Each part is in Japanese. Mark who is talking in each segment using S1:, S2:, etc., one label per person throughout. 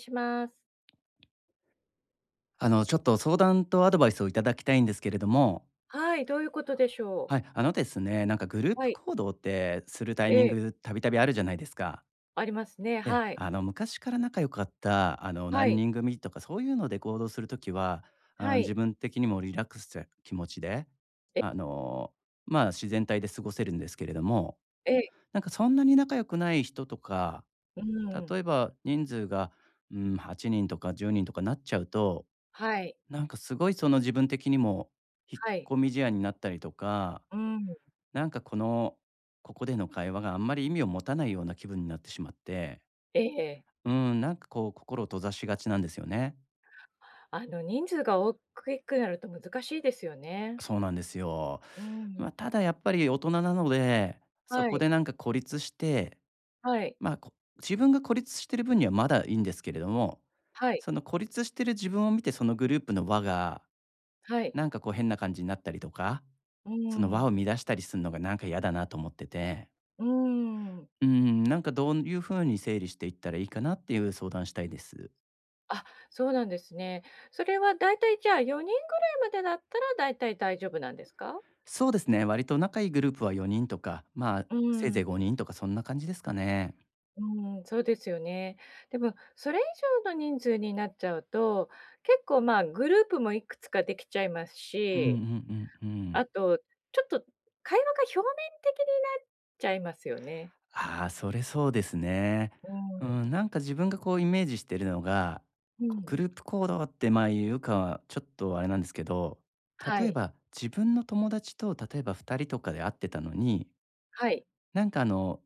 S1: します。
S2: ちょっと相談とアドバイスをいただきたいんですけれども。
S1: はい、どういうことでしょう？
S2: はい、あのですね、なんかグルー
S1: は
S2: プ
S1: い、
S2: 行動ってするタイミン
S1: ええ、
S2: グ、たびたびあるじゃないですか。
S1: ありますね。
S2: で、
S1: はい。
S2: 昔から仲良かった、
S1: は
S2: 何
S1: い、
S2: 人組とかそういうので行動するときは、
S1: は
S2: あ、
S1: い。
S2: 自分的にもリラックスした気持ちで、
S1: え、
S2: あの、まあ、自然体で過ごせるんですけれども、
S1: ええ、
S2: なんかそんなに仲良くない人とか、
S1: うー
S2: 例え
S1: ん、
S2: ば人数が、うん、8人とか10人とかなっちゃうと、
S1: はい、
S2: なんかすごいその自分的にも引っ
S1: はい、
S2: 込み思案になったりとか、
S1: うーん、
S2: なんかここでの会話があんまり意味を持たないような気分になってしまって、
S1: ええ。
S2: うん、なんかこう心を閉ざしがちなんですよね。
S1: 人数が大きくなると難しいですよね。
S2: そうなんですよ。
S1: うーん、
S2: まあ、ただやっぱり大人なので、そ
S1: は
S2: こ
S1: い、
S2: でなんか孤立して、
S1: はい、
S2: まあ、自分が孤立してる分にはまだいいんですけれども、
S1: はい、
S2: その孤立してる自分を見てそのグループの輪が
S1: はい、
S2: なんかこう変な感じになったりとか、
S1: うー
S2: その輪
S1: ん、
S2: を乱したりするのがなんか嫌だなと思ってて、
S1: うーん。
S2: うーん、なんかどういう風に整理していったらいいかなっていう相談したいです。
S1: あ、そうなんですね。それはだいたいじゃあ4人ぐらいまでだったらだいたい大丈夫なんですか？
S2: そうですね、割と仲いいグループは4人とか、まあ、
S1: う
S2: せい
S1: ー
S2: ぜい
S1: ん。
S2: 5人とかそんな感じですかね。
S1: うん、そうですよね。でも、それ以上の人数になっちゃうと、結構、まあ、グループもいくつかできちゃいます
S2: うんうんう
S1: し、
S2: んうん。
S1: あと、ちょっと会話が表面的になっちゃいますよね。
S2: ああ、それそうですね。うん、
S1: う
S2: なんか自分がこうイメージしてるのが、
S1: ん、う
S2: こう
S1: ん。
S2: グループ行動ってまあ言うかはちょっとあれなんですけど、
S1: は
S2: 例え
S1: い、
S2: ば自分の友達と例えば2人とかで会ってたのに、
S1: はい、
S2: なんか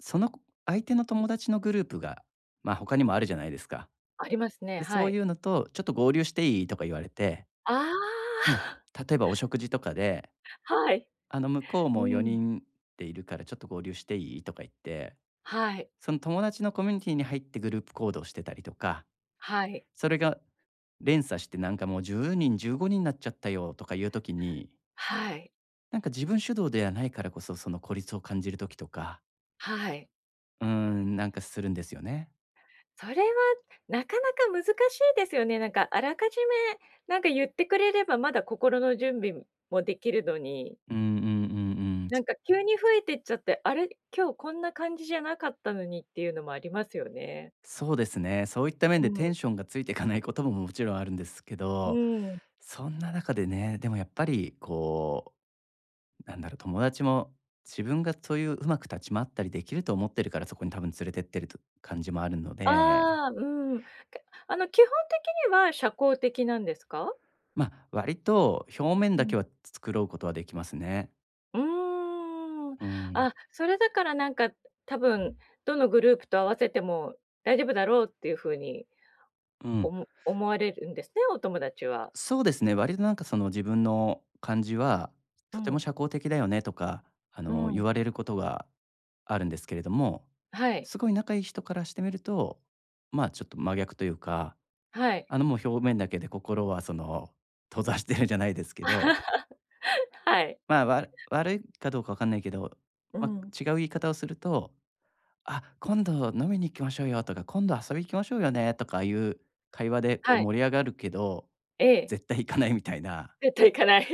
S2: その相手の友達のグループが、まあ、他にもあるじゃないですか。
S1: ありますね、
S2: で、
S1: は
S2: そう
S1: い。
S2: いうのと「ちょっと合流していい？」とか言われて、
S1: あ
S2: うん。
S1: あ、
S2: 例えばお食事とかで
S1: はい、
S2: 「あの、向こう
S1: う
S2: も4
S1: ん、
S2: 人でいるからちょっと合流していい？」とか言って、
S1: はい、
S2: その友達のコミュニティに入ってグループ行動してたりとか、
S1: はい、
S2: それが連鎖してなんかもう10人、15人にんになっちゃったよとかいう時に、
S1: はい、
S2: なんか自分主導ではないからこそ、その孤立を感じる時とか、
S1: はい。
S2: うーん、なんかするんですよね。
S1: それはなかなか難しいですよね。なんかあらかじめ、なんか言ってくれればまだ心の準備もできるのに、
S2: うんうんうんうん。
S1: なんか急に増えてっちゃって、あれ、今日こんな感じじゃなかったのにっていうのもありますよね。
S2: そうですね。そういった面
S1: う
S2: でテ
S1: ん。
S2: ンションがついていかないことももちろんあるんですけ
S1: う
S2: ど、
S1: ん。
S2: そんな中でね、でもやっぱりこう、なんだろう、友達も自分がそういううまく立ち回ったりできると思ってるから、そこに多分連れてってると感じもあるので、
S1: ああ、うん。かあの、基本的には社交的なんですか？
S2: まあ、割と表面
S1: う
S2: だ
S1: ん。
S2: けは作ろうことはできますね。
S1: うーん。
S2: うん。
S1: あ、それだからなんか多分どのグループと合わせても大丈夫だろうっていう風に
S2: う
S1: お
S2: ん。
S1: も思われるんですね、お友達は。
S2: そうですね、割となんかその自分の感じは、
S1: う
S2: とても
S1: ん。
S2: 社交的だよねとか、
S1: う
S2: 言
S1: ん。
S2: われることがあるんですけれども、
S1: はい、
S2: すごい仲いい人からしてみると、まあちょっと真逆というか、
S1: はい。
S2: もう表面だけで心はその閉ざしてるじゃないですけ ど、
S1: はい。
S2: まあ悪いかどうかわかんないけど、
S1: う
S2: まあ、
S1: ん。
S2: 違う言い方をすると、あ、今度飲みに行きましょうよとか、今度遊び行きましょうよねとかいう会話でこう
S1: はい、
S2: 盛り上がるけど、
S1: ええ、
S2: 絶対行かないみたいな。
S1: 絶対行かない。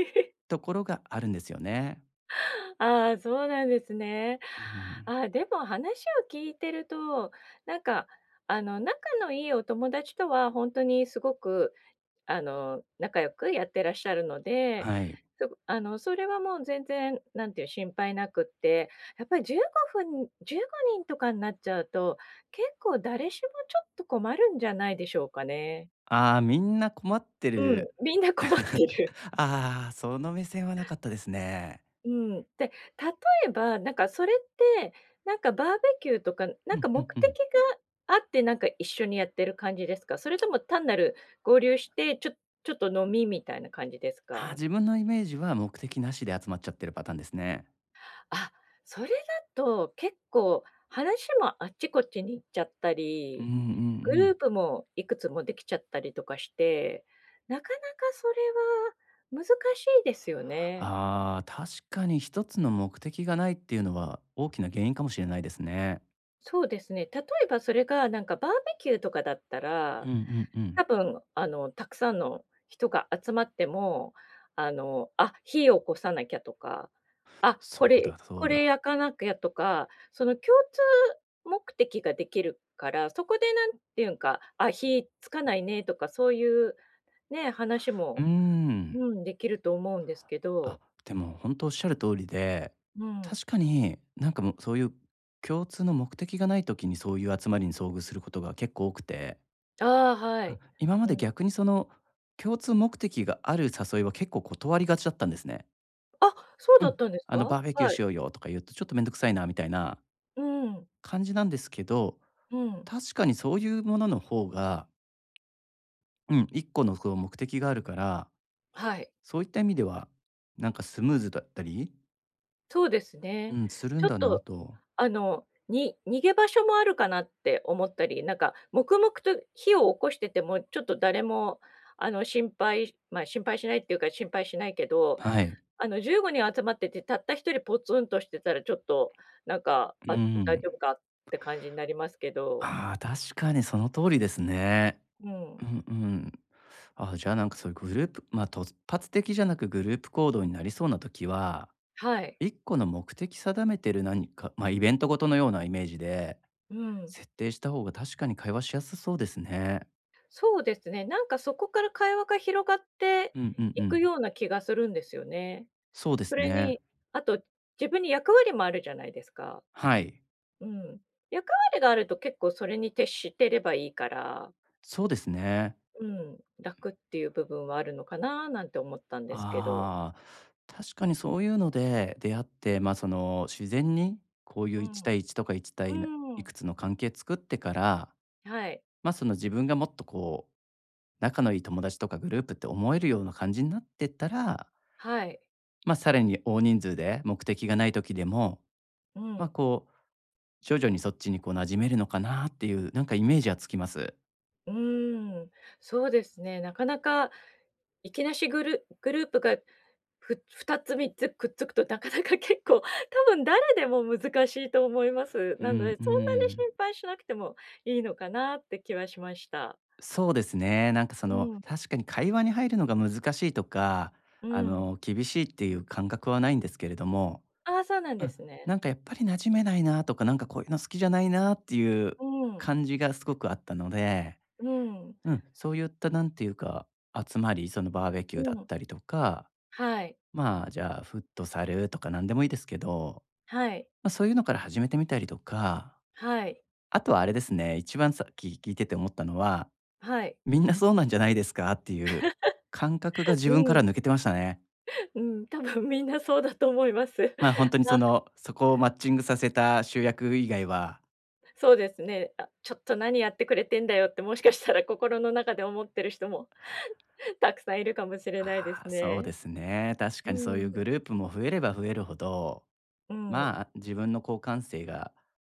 S2: ところがあるんですよね。
S1: ああ、そうなんですね。
S2: うん。
S1: ああ、でも話を聞いてると、なんか、仲のいいお友達とは本当にすごく仲良くやってらっしゃるので、
S2: はい。
S1: そあの、それはもう全然、なんていう、心配なくって、やっぱり15人とかになっちゃうと、結構誰しもちょっと困るんじゃないでしょうかね。
S2: ああ、みんな困って
S1: うん、
S2: る。
S1: みんな困って る。
S2: ああ、その目線はなかったですね。
S1: うん。で、例えば、なんかそれって、なんかバーベキューとか、なん
S2: う
S1: か
S2: んう
S1: 目
S2: んう
S1: 的
S2: ん。
S1: があって、なんか一緒にやってる感じですか？それとも単なる合流して、ちょっと飲みみたいな感じです
S2: ああ、
S1: か？
S2: 自分のイメージは目的なしで集まっちゃってるパターンですね。
S1: あ、それだと結構話もあっちこっちに行っちゃった
S2: うんう
S1: り、
S2: ん
S1: グ
S2: う
S1: ルー
S2: ん。
S1: プもいくつもできちゃったりとかして、なかなかそれは難しいですよね。
S2: ああ、確かに一つの目的がないっていうのは大きな原因かもしれないですね。
S1: そうですね。例えばそれがなんかバーベキューとかだった
S2: う
S1: ら、
S2: んうんうん。
S1: 多分、たくさんの人が集まっても、あ、火を起こさなきゃとか、あ、
S2: そ
S1: こ
S2: う
S1: れ
S2: だそう
S1: これ
S2: だ。
S1: 焼かなきゃとか、その共通目的ができるから、そこでなんていうんか、あ、火つかないねとか、そういうね、話
S2: うー
S1: も、
S2: ん。
S1: うん、できると思うんですけ
S2: あ、
S1: ど、
S2: でも本当おっしゃる通りで、
S1: うん。
S2: 確かになんかもうそういう共通の目的がない時にそういう集まりに遭遇することが結構多くて、
S1: ああ、は
S2: うん、
S1: い。
S2: 今ま
S1: う
S2: で
S1: ん。
S2: 逆にその共通目的がある誘いは結構断りがちだったんですね。
S1: あ、そう
S2: う
S1: だっ
S2: ん、
S1: たんですか？
S2: バーベキュー
S1: はい。
S2: しようよとか言うとちょっとめんどくさいなみたいな
S1: うん、
S2: 感じなんですけど、
S1: うん。
S2: 確かにそういうものの方が、うん、一個のこう目的があるから、
S1: はい。
S2: そういった意味ではなんかスムーズだったり、
S1: そうです
S2: う
S1: ね。
S2: ん、する
S1: ちょ
S2: ん
S1: っ
S2: だな
S1: と
S2: と。
S1: に逃げ場所もあるかなって思ったり、なんか黙々と火を起こしてても、ちょっと誰も心配しないっていうか、心配しないけど、
S2: はい。
S1: 15人集まってて、たった1人ポツンとしてたらちょっとなんか、
S2: う
S1: あ、大
S2: ん。
S1: 丈夫かって感じになりますけど。
S2: ああ、確かにその通りですね。
S1: うん。
S2: うんうん。ああ、じゃあ、なんかそういうグループ、ま、突発的じゃなくグループ行動になりそうな時は、
S1: はい。
S2: 一個の目的定めてる何か、ま、イベントごとのようなイメージで、
S1: うん。
S2: 設定した方が確かに会話しやすそうですね。
S1: そうですね、なんかそこから会話が広がって
S2: うんうん
S1: い
S2: う
S1: く
S2: ん。
S1: ような気がするんですよね。
S2: そうで
S1: そ
S2: す
S1: れ
S2: ね。
S1: に、あと自分に役割もあるじゃないですか。
S2: はい。
S1: うん。役割があると結構それに徹してればいいから、
S2: そうですね。
S1: うん、楽っていう部分はあるのかななんて思ったんですけど。
S2: ああ、確かにそういうので出会って、ま、自然にこうい
S1: う
S2: う
S1: ん。
S2: 1
S1: う
S2: 対1とか1対
S1: ー
S2: いく
S1: ん。
S2: つの関係作ってから、
S1: はい。
S2: ま、自分がもっとこう、仲のいい友達とかグループって思えるような感じになってったら、
S1: はい。
S2: ま、さらに大人数で目的がない時でも、
S1: う
S2: ま、
S1: ん。
S2: こう、徐々にそっちにこう馴染めるのかなっていう、なんかイメージはつきます。
S1: うーん。そうですね。なかなかいきなしグループが2つ3つくっつくとなかなか結構、多分誰でも難しいと思います。
S2: う
S1: なの
S2: ん
S1: で、
S2: う
S1: そんなに
S2: ん。
S1: 心配しなくてもいいのかなって気はしました。
S2: そうですね。なんか
S1: うん。
S2: 確かに会話に入るのが難しいとか、
S1: うん。
S2: 厳しいっていう感覚はないんですけれども、
S1: ああ、そうなん
S2: う
S1: で
S2: ん、
S1: すね。
S2: なんかやっぱり馴染めないなとか、なんかこういうの好きじゃないなっていう
S1: うん。
S2: 感じがすごくあったので、
S1: うん、
S2: うん、そういったなんていうか、集まり、そのバーベキュー
S1: う
S2: だっ
S1: ん、
S2: たりとか、
S1: はい、
S2: まあじゃあフットサルとか何でもいいですけど、
S1: はい、
S2: まあ、そういうのから始めてみたりとか、
S1: はい、
S2: あとはあれですね、一番さっき聞いてて思ったのは、
S1: はい。
S2: みんなそうなんじゃないですかっていう感覚が 自
S1: う
S2: 分から
S1: ん、
S2: 抜けてましたね。
S1: うん、多分みんなそうだと思います。
S2: まあ、ほん とに
S1: あ、
S2: そこをマッチングさせた集約以外は、
S1: そうですね。あ、ちょっと何やってくれてんだよって、もしかしたら心の中で思ってる人も たくさんいるかもしれないで
S2: あ
S1: す
S2: あ、そう
S1: ね。
S2: ですね。確
S1: う
S2: かにそういう
S1: ん、
S2: グループも増えれば増えるほど、
S1: うん。
S2: まあ、自分の好感性が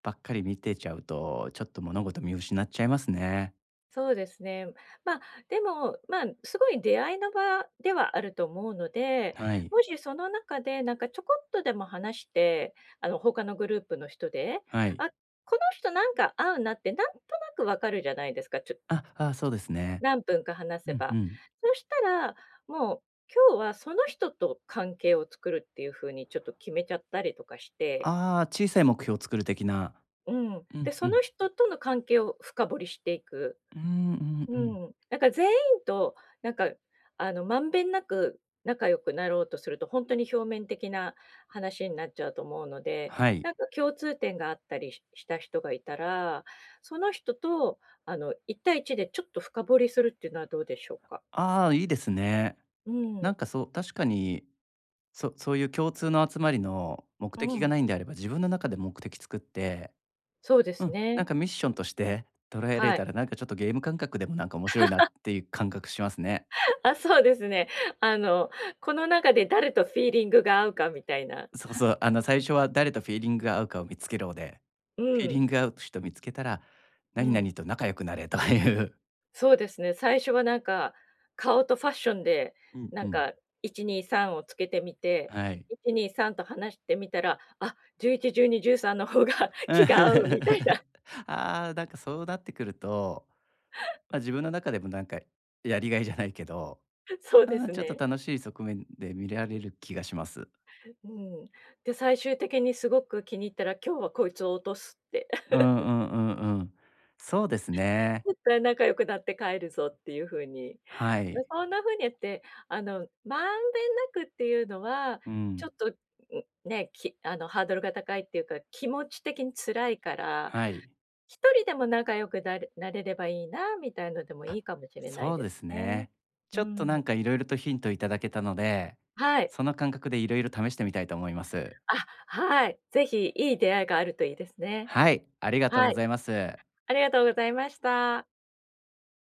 S2: ばっかり見てちゃうと、ちょっと物事見失っちゃいますね。
S1: そうですね。まあ、でも、まあ、すごい出会いの場ではあると思うので、
S2: はい。
S1: もしその中でなんかちょこっとでも話して、他のグループの人で、
S2: はい。
S1: あ、この人なんか合うなってなんとなくわかるじゃないですか、
S2: あ、ああ、そうですね。
S1: 何分か話
S2: う
S1: せ
S2: んう
S1: ば。
S2: ん。
S1: そしたら、もう今日はその人と関係を作るっていうふうにちょっと決めちゃったりとかして、
S2: ああ、小さい目標を作る的な。
S1: うん、
S2: う
S1: で、
S2: ん
S1: そ
S2: う
S1: の
S2: ん。
S1: 人との関係を深掘りしていく。
S2: うんうん
S1: う
S2: うん。
S1: ん、なんか全員となんかまんべんなく仲良くなろうとすると、本当に表面的な話になっちゃうと思うので、
S2: はい。
S1: なんか共通点があったりした人がいたら、その人と1対一でちょっと深掘りするっていうのはどうでしょうか？
S2: ああ、いいですね。
S1: う
S2: なん
S1: ん、
S2: かそう、確かに、そういう共通の集まりの目
S1: う
S2: 的が
S1: ん、
S2: ないんであれば、自分の中で目的作って、
S1: そうで
S2: う
S1: す
S2: ん、なん
S1: ね。
S2: かミッションとして捉えられ
S1: はい。
S2: たら、なんかちょっとゲーム感覚でもなんか面白いなっていう感覚しますね。
S1: あ、そうですね。あの、この中で誰とフィーリングが合うかみたいな。
S2: そうそう、最初は誰とフィーリングが合うかを見つけろで、
S1: う
S2: フィーリ
S1: ん、
S2: ング合う人見つけたら、
S1: う
S2: 何
S1: ん。
S2: 々と仲良くなれという。
S1: そうですね、最初はなんか、顔とファッションで、
S2: うん
S1: な
S2: う
S1: ん
S2: ん。
S1: か1、2、3をつけてみて、
S2: はい。
S1: 1、2、3と話してみたら、あ、11、12、13の方が
S2: うん
S1: 気が合うみたいな、
S2: ああ、なんかそうなってくると、まあ、自分の中でもなんかやりがいじゃないけど、
S1: そうで
S2: うん、
S1: す
S2: ちょっと
S1: ね。
S2: 楽しい側面で見られる気がします。
S1: うん。で、最終的にすごく気に入ったら、今日はこいつを落とすって、
S2: うんう んうんうん。そうですね。
S1: 絶対仲良くなって帰るぞっていう風に。
S2: はい。
S1: そんな風にやって、まんべんなくっていうのは、
S2: う
S1: ちょ
S2: ん。
S1: っと、ね、きあの、ハードルが高いっていうか、気持ち的に辛いから
S2: はい。
S1: 一人でも仲良くなれればいいなみたいのでもい
S2: あ、
S1: いかもしれない
S2: そう
S1: で
S2: で
S1: す
S2: す
S1: ね。
S2: ね。
S1: う
S2: ちょっとなん
S1: ん。
S2: かいろいろとヒントいただけたので、
S1: はい。
S2: その感覚でいろいろ試してみたいと思います。
S1: あ、はい。ぜひいい出会いがあるといいですね。
S2: はい、ありがとう
S1: は
S2: ご
S1: い、
S2: ざいます。
S1: ありがとうございました。